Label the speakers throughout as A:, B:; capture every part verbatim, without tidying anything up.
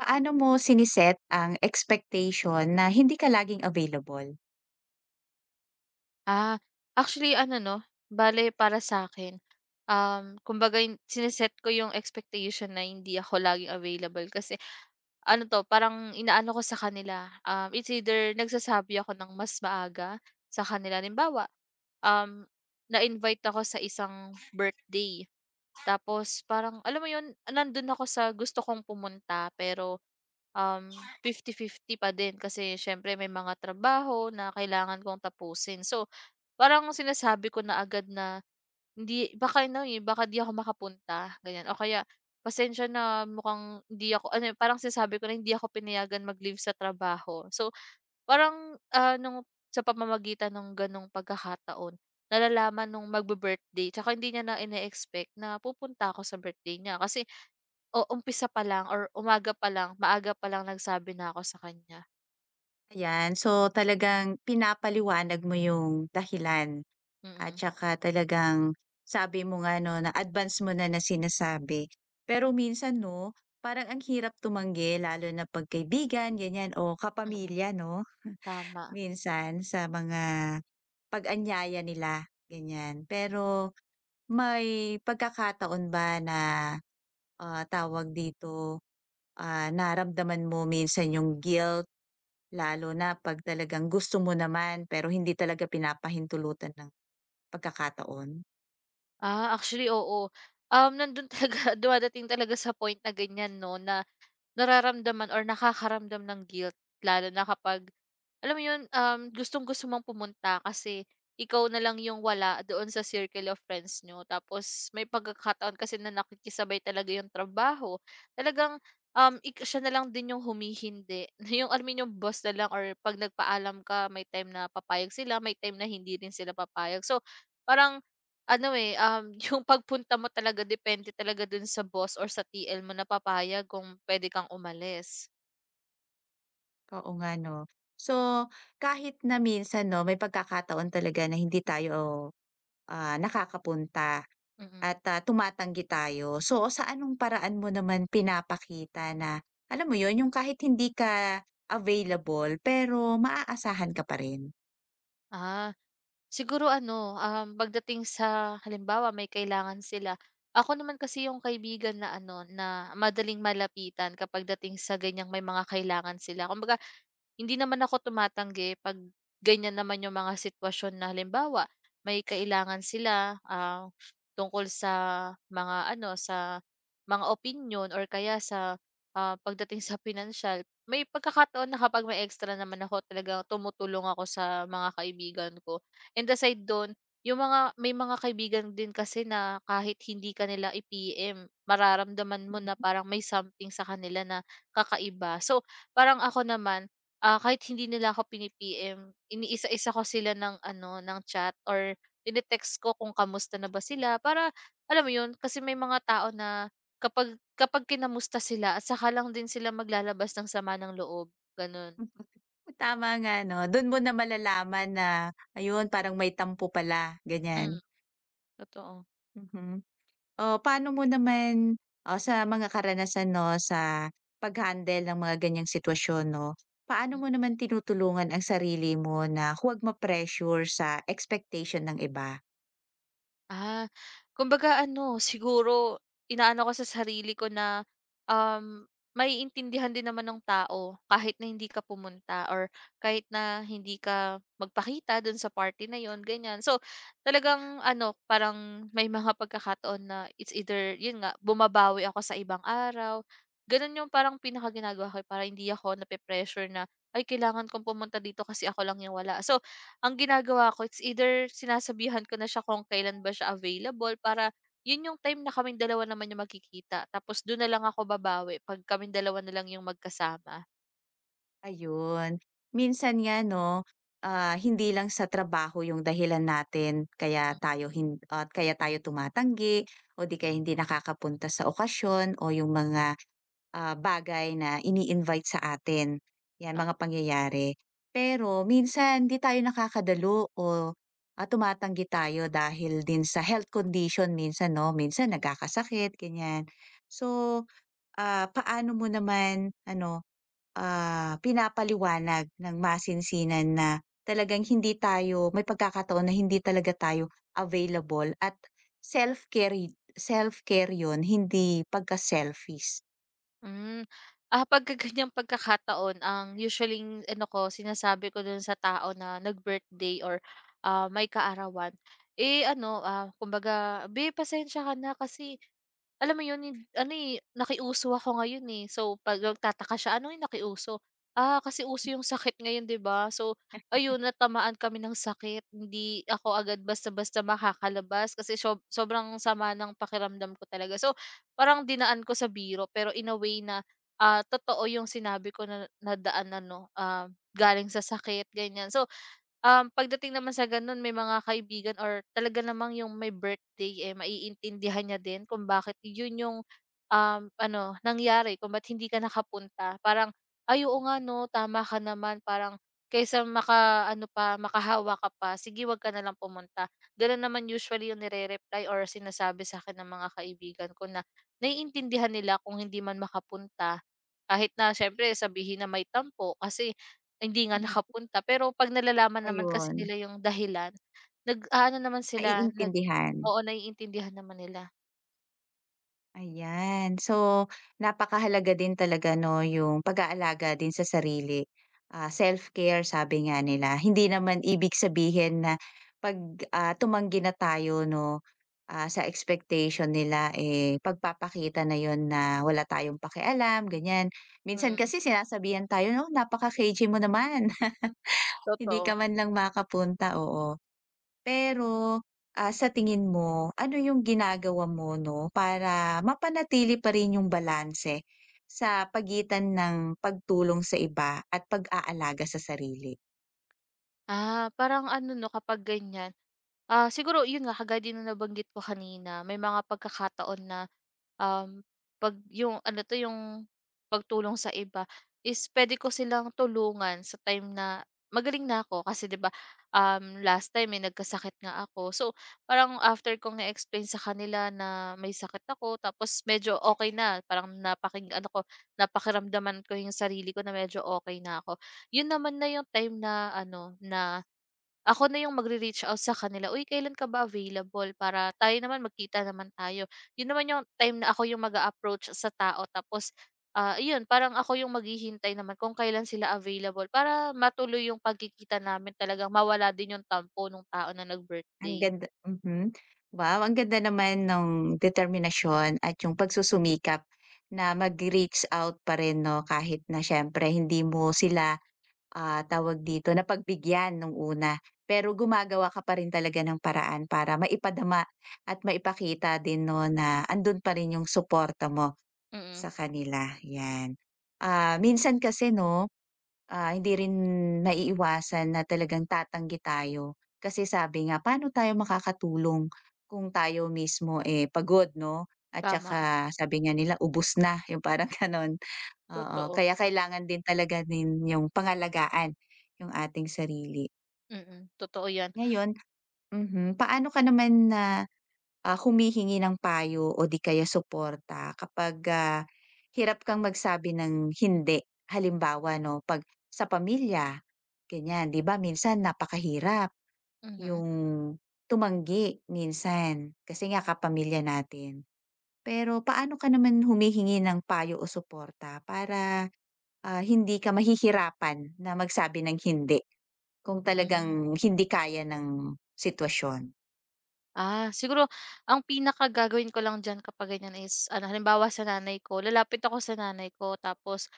A: Paano mo siniset ang expectation na hindi ka laging available?
B: Ah, actually ano 'no, bale para sa akin, um, kumbaga yun sine ko yung expectation na hindi ako laging available kasi ano 'to, parang inaano ko sa kanila, um, it's either nagsasabi ako ng mas maaga sa kanila. Halimbawa, um, na-invite ako sa isang birthday tapos parang alam mo yun, nandun ako sa gusto kong pumunta, pero, um, fifty fifty pa din kasi siyempre may mga trabaho na kailangan kong tapusin. So, parang sinasabi ko na agad na, hindi baka ano, eh, baka 'di ako makapunta ganyan o kaya, "Pasensya na, mukhang hindi ako," ano, eh, parang sinasabi ko na hindi ako pinayagan mag-leave sa trabaho. So, parang, ah, nung sa pamamagitan ng gano'ng pagkakataon, nalalaman nung magbe birthday tsaka hindi niya na ine-expect na pupunta ako sa birthday niya kasi, o umpisa pa lang or umaga pa lang, maaga pa lang nagsabi na ako sa kanya.
A: Ayan, so talagang pinapaliwanag mo yung dahilan at
B: Mm,
A: saka talagang sabi mo nga 'no, na advance mo na na sinasabi. Pero minsan 'no, parang ang hirap tumanggi lalo na 'pag ganyan o
B: mm,
A: kapamilya 'no,
B: tama.
A: minsan sa mga pag-anyaya nila, ganyan. Pero may pagkakataon ba na, ah, tawag dito. Ah, nararamdaman mo minsan yung guilt, lalo na 'pag talagang gusto mo naman pero hindi talaga pinapahintulutan ng pagkakataon?
B: Ah, actually oo. Um, nandun talaga dumadating talaga sa point na ganyan 'no, na nararamdaman or nakakaramdam ng guilt lalo na kapag alam mo 'yun, um, gustong-gusto mong pumunta kasi ikaw na lang yung wala doon sa circle of friends niyo. Tapos may pagkakataon kasi na nakikisabay talaga yung trabaho. Talagang, um, ik siya na lang din yung humihindi. Yung alam mo yun, yung boss na lang or 'pag nagpaalam ka, may time na papayag sila, may time na hindi rin sila papayag. So, parang ano, eh, um, yung pagpunta mo talaga depende talaga dun sa boss or sa T L mo na papayag kung pwede kang umalis?
A: Oo nga 'no. So, kahit na minsan 'no, may pagkakataon talaga na hindi tayo, ah, nakakapunta
B: Mm.
A: at, ah, tumatanggi tayo. So, sa anong paraan mo naman pinapakita na alam mo yon yung kahit hindi ka available pero maaasahan ka pa rin?
B: Ah, siguro ano, um, pagdating sa halimbawa may kailangan sila, ako naman kasi yung kaibigan na ano, na madaling malapitan kapag dating sa ganyang may mga kailangan sila. Kumbaga, hindi naman ako tumatanggi 'pag ganyan naman yung mga sitwasyon na halimbawa may kailangan sila, ah, tungkol sa mga ano, sa mga opinyon or kaya sa, ah, pagdating sa pinansiyal. May pagkakataon na kapag may extra naman ako, talagang tumutulong ako sa mga kaibigan ko. And aside dun, yung mga may mga kaibigan din kasi na kahit hindi kanila nila i-P M, mararamdaman mo na parang may something sa kanila na kakaiba. So, parang ako naman, Ah, kahit hindi nila ako pini m iniisa-isa ko sila ng ano, ng chat or tine-text ko kung kamusta na ba sila, para alam mo 'yun, kasi may mga tao na kapag kapag kinamusta sila at saka lang din sila maglalabas ng sama ng loob, gano'n.
A: Tama nga 'no, dun mo na malalaman na ayun parang may tampo pala, ganyan.
B: Hmm, totoo.
A: Mhm. Oh, paano mo naman, o sa mga karanasan 'no, sa pag-handle ng mga ganyang sitwasyon 'no, paano mo naman tinutulungan ang sarili mo na huwag ma-pressure sa expectation ng iba?
B: Ah, kumbaga ano, siguro inaano ko sa sarili ko na, um, maiintindihan din naman ng tao kahit na hindi ka pumunta or kahit na hindi ka magpakita dun sa party na yon ganyan. So, talagang ano, parang may mga pagkakataon na it's either, yun nga, bumabawi ako sa ibang araw. Ganun yung parang pinaka ginagawa ko para hindi ako nape-pressure na, ay, kailangan kong pumunta dito kasi ako lang yung wala. So, ang ginagawa ko, it's either sinasabihan ko na siya kung kailan ba siya available, para yun yung time na kaming dalawa naman yung magkikita. Tapos dun na lang ako babawi 'pag kaming dalawa na lang yung magkasama.
A: Ayun, minsan nga 'no, ah, hindi lang sa trabaho yung dahilan natin kaya
B: Hmm,
A: tayo hin at kaya tayo tumatanggi o di kaya hindi nakakapunta sa okasyon o yung mga ah, bagay na ini-invite sa atin, 'yan
B: tam
A: mga pangyayari. Pero minsan hindi tayo nakakadalo o, ah, tumatanggi tayo dahil din sa health condition minsan 'no, minsan nagkakasakit ganyan. So, ah, paano mo naman ano, ah, pinapaliwanag ng masinsinan na talagang hindi tayo may pagkakataon na hindi talaga tayo available at self-care y- self-care 'yun, hindi pagka-selfish?
B: hmm. Ah, pag ganyang pagkakataon, ang usually ano ko, sinasabi ko dun sa tao na nag-birthday or, ah, may kaarawan, eh, ano, ah, kumbaga, "Babe, pasensya ka na kasi alam mo yun, hin ano, eh, nakiuso ako ngayon, eh." So, 'pag nagtataka siya, "Ano yung nakiuso?" "Ah, kasi uso yung sakit ngayon, 'di ba?" So, ayun, natamaan kami ng sakit. Hindi ako agad basta-basta makakalabas kasi sob sobrang sama ng pakiramdam ko talaga. So, parang dinaan ko sa biro pero in a way na, ah, totoo yung sinabi ko na nadaanan 'no, ah, galing sa sakit, ganyan. So, Um, pagdating naman sa gano'n, may mga kaibigan or talaga namang yung may birthday, eh, maiintindihan niya din kung bakit yun yung, um, ano nangyari kung ba't hindi ka nakapunta. Parang, "Ay oo nga 'no, tama ka naman." Parang kaysa makaano pa, makahawa ka pa, "Sige, 'wag ka na lang pumunta." Gano'n naman usually yung nire-reply or sinasabi sa'kin ng mga kaibigan ko, na naiintindihan nila kung hindi man makapunta. Kahit na siyempre sabihin na may tampo kasi hindi nga nakapunta, pero 'pag nalalaman naman kasi
A: Ayun,
B: nila yung dahilan, nag-aano naman sila, nag
A: naiintindihan,
B: oo, naiintindihan naman nila,
A: ayan. So, napakahalaga din talaga 'no, yung pag-aalaga din sa sarili, ah, self-care sabi nga nila. Hindi naman ibig sabihin na 'pag, ah, tumanggi na tayo 'no, ah, sa expectation nila, eh, pagpapakita na yon na wala tayong pakialam ganyan. Minsan
B: mm,
A: kasi sinasabihan tayo, "'No, napaka-cagey mo naman, hindi ka
B: totoo.
A: man lang makapunta." Oo. Pero, ah, sa tingin mo, ano yung ginagawa mo 'no, para mapanatili pa rin yung balanse sa pagitan ng pagtulong sa iba at pag-aalaga sa sarili?
B: Ah, parang ano 'no, kapag ganyan. Ah, siguro yun nga kagaya din ng nabanggit ko kanina, may mga pagkakataon na, um, 'pag yung ano 'to, yung pagtulong sa iba is puwede ko silang tulungan sa time na magaling na ako, kasi 'di ba, um, last time, eh, nagkasakit nga ako. So, parang after kong na-explain sa kanila na may sakit ako tapos medyo okay na, parang napakinggan ako napakiramdaman ko yung sarili ko na medyo okay na ako. 'Yun naman na yung time na ano, na ako na yung magre-reach out sa kanila, "Uy, kailan ka ba available? Para tayo naman magkita naman tayo." 'Yun naman yung time na ako yung mag approach sa tao tapos, ah, iyon, parang ako yung maghihintay naman kung kailan sila available para matuloy yung pagkikita namin, talagang mawala din yung tampo ng tao na
A: Ang
B: nag-birthday.
A: ganda, mhm. Wow, ang ganda naman ng determinasyon at yung pagsusumikap na mag-reach out pa rin 'no, kahit na siyempre hindi mo sila. Ah, tawag dito, napagbigyan nung una. Pero gumagawa ka pa rin talaga ng paraan para maipadama at maipakita din 'no na andun pa rin yung suporta mo sa
B: Mm,
A: kanila, yan. Ah, minsan kasi 'no, Ah, hindi rin maiiwasan na talagang tatanggi tayo. Kasi sabi nga, paano tayo makakatulong kung tayo mismo, eh, pagod 'no? At
B: tama,
A: tsaka sabi nga nila, ubus na, yung parang gano'n. Oo,
B: totoo.
A: kaya kailangan din talaga din yung pangalagaan yung ating sarili.
B: Mm, totoo 'yan.
A: Ngayon mhm, paano ka naman na Ah, humihingi ng payo o di kaya suporta kapag, ah, hirap kang magsabi ng hindi. Halimbawa 'no, 'pag sa pamilya, ganyan, 'di ba minsan napakahirap
B: Mhm,
A: yung tumanggi minsan, kasi nga kapamilya natin. Pero paano ka naman humihingi ng payo o suporta para, ah, hindi ka mahihirapan na magsabi ng hindi kung
B: mhm.
A: talagang hindi kaya ng sitwasyon?
B: Ah, siguro ang pinaka pinakagagawin ko lang diyan kapag ganyan is ano, halimbawa sa nanay ko, lalapit ako sa nanay ko tapos,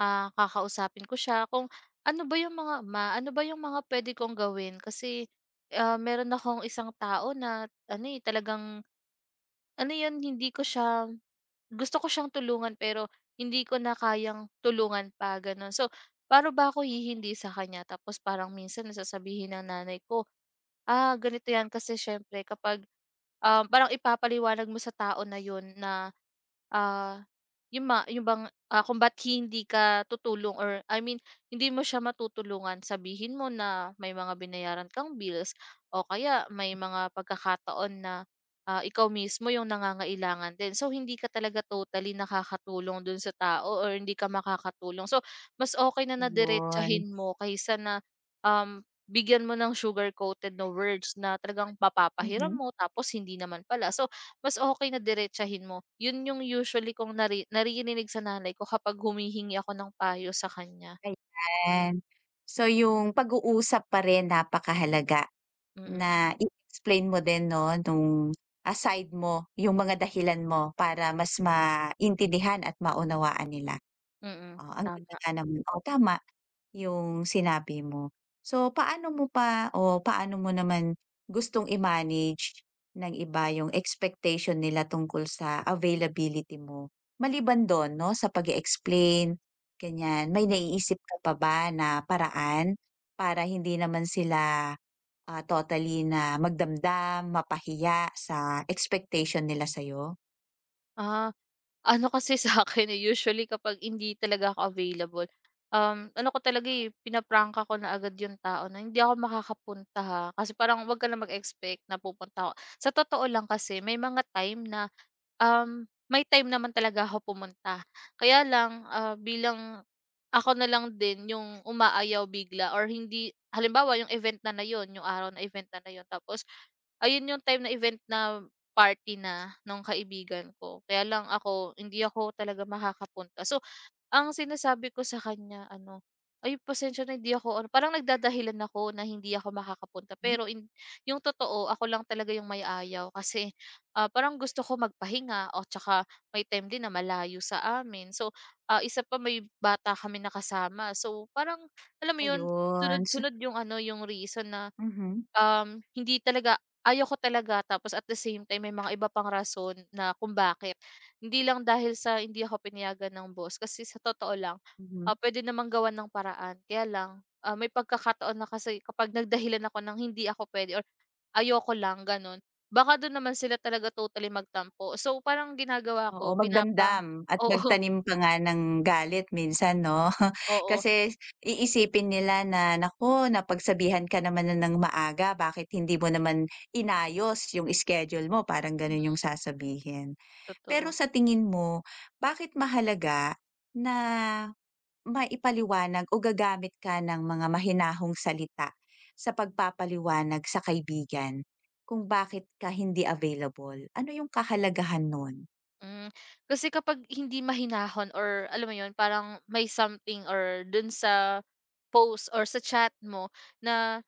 B: ah, kakausapin ko siya kung ano ba yung mga, "Ma, ano ba yung mga puwede kong gawin?" Kasi, ah, meron akong isang tao na ano, eh, talagang ano 'yun, hindi ko siya gusto ko siyang tulungan pero hindi ko na kayang tulungan pa, gano'n. So, pa'no ba ako hihindi sa kanya? Tapos parang minsan sasabihin ng nanay ko, "Ah, ganito 'yan." Kasi siyempre kapag, um, parang ipapaliwanag mo sa tao na 'yun na, ah, yung ma yung bang, ah, kung ba't hindi ka tutulong or I mean, hindi mo siya matutulungan. Sabihin mo na may mga binayaran kang bills o kaya may mga pagkakataon na, Ah, ikaw mismo yung nangangailangan din. So, hindi ka talaga totally nakakatulong dun sa tao or hindi ka makakatulong. So, mas okay na na
A: Ayun,
B: diretsahin mo kaysa na, um, bigyan mo ng sugar coated na words na talagang papapahiram
A: mhm.
B: mo tapos hindi naman pala. So, mas okay na diretsahin mo. Yun yung usually kong nari naririnig sa nanay ko kapag humihingi ako ng payo sa kanya.
A: Ayan. So, yung pag-uusap pa rin napakahalaga
B: Mm,
A: na i-explain mo din 'no, nung, aside mo yung mga dahilan mo para mas maintindihan at maunawaan nila.
B: mm,
A: Oh, ang ganda
B: tama.
A: nga naman. Oh, tama. Yung sinabi mo. So, paano mo pa o paano mo naman gustong i-manage ng iba yung expectation nila tungkol sa availability mo? Maliban dun 'no, sa pag explain ganyan, may naiisip ka pa ba na paraan para hindi naman sila, ah, totally na magdamdam, mapahiya sa expectation nila sa'yo?
B: Ah. Ano kasi sa'kin, eh, usually kapag hindi talaga ako available, um, ano ko talaga, eh, pina ako na agad yung tao na, "Hindi ako makakapunta, ha." Kasi parang, "Wag ka na mag-expect na pupunta ako." Sa totoo lang kasi may mga time na, Um, may time naman talaga ako pumunta. Kaya lang, ah, bilang ako na lang din yung umaayaw bigla or hindi, halimbawa yung event na na yun, yung araw na event na na yun, tapos ayun yung time na event na party na nung kaibigan ko. Kaya lang ako, hindi ako talaga makakapunta. So, ang sinasabi ko sa kanya ano, "Ay pasensya na, hindi ako ano," parang nagdadahilan ako na hindi ako makakapunta
A: Hmm,
B: pero in yung totoo ako lang talaga yung may ayaw, kasi, ah, parang gusto ko magpahinga o tsaka may time din na malayo sa amin. So, ah, isa pa, may bata kami na kasama, so parang alam mo yun,
A: ayun. So,
B: sunod-sunod yung ano, yung reason na,
A: mhm,
B: Um, hindi talaga, ayaw ko talaga, tapos at the same time may mga iba pang rason na kung bakit. Hindi lang dahil sa hindi ako pinayagan ng boss, kasi sa totoo lang,
A: mhm.
B: ah, pwede namang gawan ng paraan. Kaya lang, ah, may pagkakataon na kasi kapag nagdahilan ako ng hindi ako pwede or ayoko lang gano'n, baka do'n naman sila talaga totally magtampo. So, parang ginagawa
A: Oo,
B: ko, pinapa
A: magdamdam at
B: oo,
A: magtanim pa nga ng galit minsan 'no?
B: oo,
A: Kasi iisipin nila na, naku, napagsabihan ka naman na ng maaga bakit hindi mo naman inayos yung schedule mo, parang gano'n yung
B: mm,
A: sasabihin. Pero
B: totoo.
A: sa tingin mo, bakit mahalaga na maipaliwanag o gagamit ka ng mga mahinahong salita sa pagpapaliwanag sa kaibigan kung bakit ka hindi available? Ano yung kahalagahan nun?
B: Hmm, Kasi kapag hindi mahinahon or alam mo 'yun, parang may something or dun sa post or sa chat mo na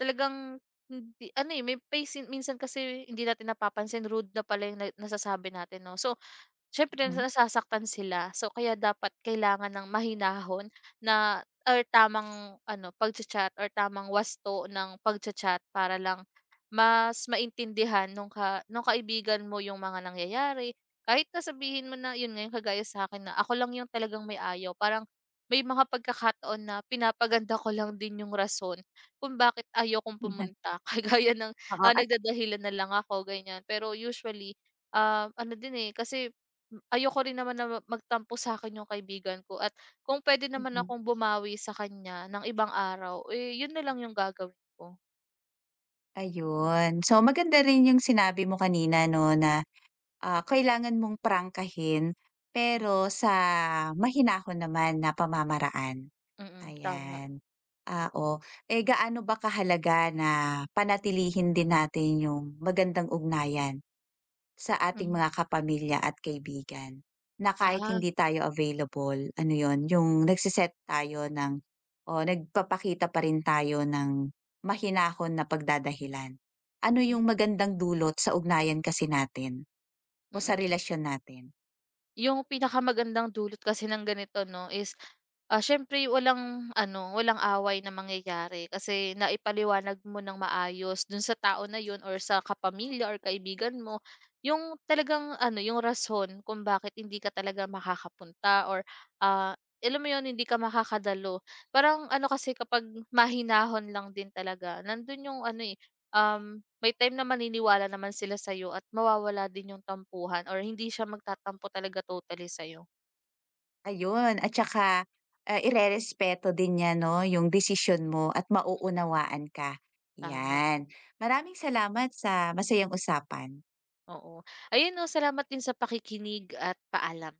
B: talagang hindi ano, eh, may pasin minsan kasi hindi natin napapansin rude na pala yung na nasasabi natin 'no. So, siyempre
A: Mhm.
B: nasasaktan sila. So kaya dapat kailangan ng mahinahon na or tamang ano pagcha-chat or tamang wasto ng pagcha-chat para lang mas maintindihan nung ka nung kaibigan mo yung mga nangyayari. Kahit na sabihin mo na yun ngayon kagaya sa akin na ako lang yung talagang may ayaw, parang may mga pagkakataon na pinapaganda ko lang din yung rason kung bakit ayaw kong pumunta. Kagaya ng,
A: Oo
B: ah,
A: at
B: nagdadahilan na lang ako ganyan. Pero usually, ah, ano din, eh, kasi M ayoko rin naman na ma- magtampo sa'kin yung kaibigan ko, at kung pwede naman
A: mm,
B: akong bumawi sa kanya ng ibang araw, eh, yun na lang yung gagawin ko.
A: ayun. So, maganda rin yung sinabi mo kanina 'no na, ah, kailangan mong prangkahin
B: M
A: pero sa mahinahon naman na pamamaraan,
B: mm, mm, tama.
A: ayan. Ah, oo, eh, gaano ba kahalaga na panatilihin din natin yung magandang ugnayan? Sa ating
B: Mhm.
A: mga kapamilya at kaibigan, na kahit
B: Ah,
A: hindi tayo available, ano yon, yung nagsiset tayo ng o nagpapakita pa rin tayo ng mahinahon na pagdadahilan. Ano
B: hmm,
A: yung magandang dulot sa ugnayan kasi natin
B: mm,
A: o sa
B: mm.
A: relasyon natin.
B: Yung pinakamagandang dulot kasi ng ganito 'no is, ah, siyempre walang ano, walang away na mangyayari kasi naipaliwanag mo ng maayos dun sa tao na yun or sa kapamilya or kaibigan mo yung talagang ano, yung rason kung bakit hindi ka talaga makakapunta or, ah, alam mo yun, hindi ka makakadalo. Parang ano kasi kapag mahinahon lang din talaga, nandun yung ano, eh, um, may time na maniniwala naman sila sa'yo at mawawala din yung tampuhan or hindi siya magtatampo talaga totally sa'yo.
A: Ayun, at saka, ah, irerespeto din niya 'no, yung desisyon mo at mauunawaan ka,
B: Tama,
A: 'yan. Maraming salamat sa masayang usapan.
B: oo. Ayun 'no, salamat din sa pakikinig at paalam.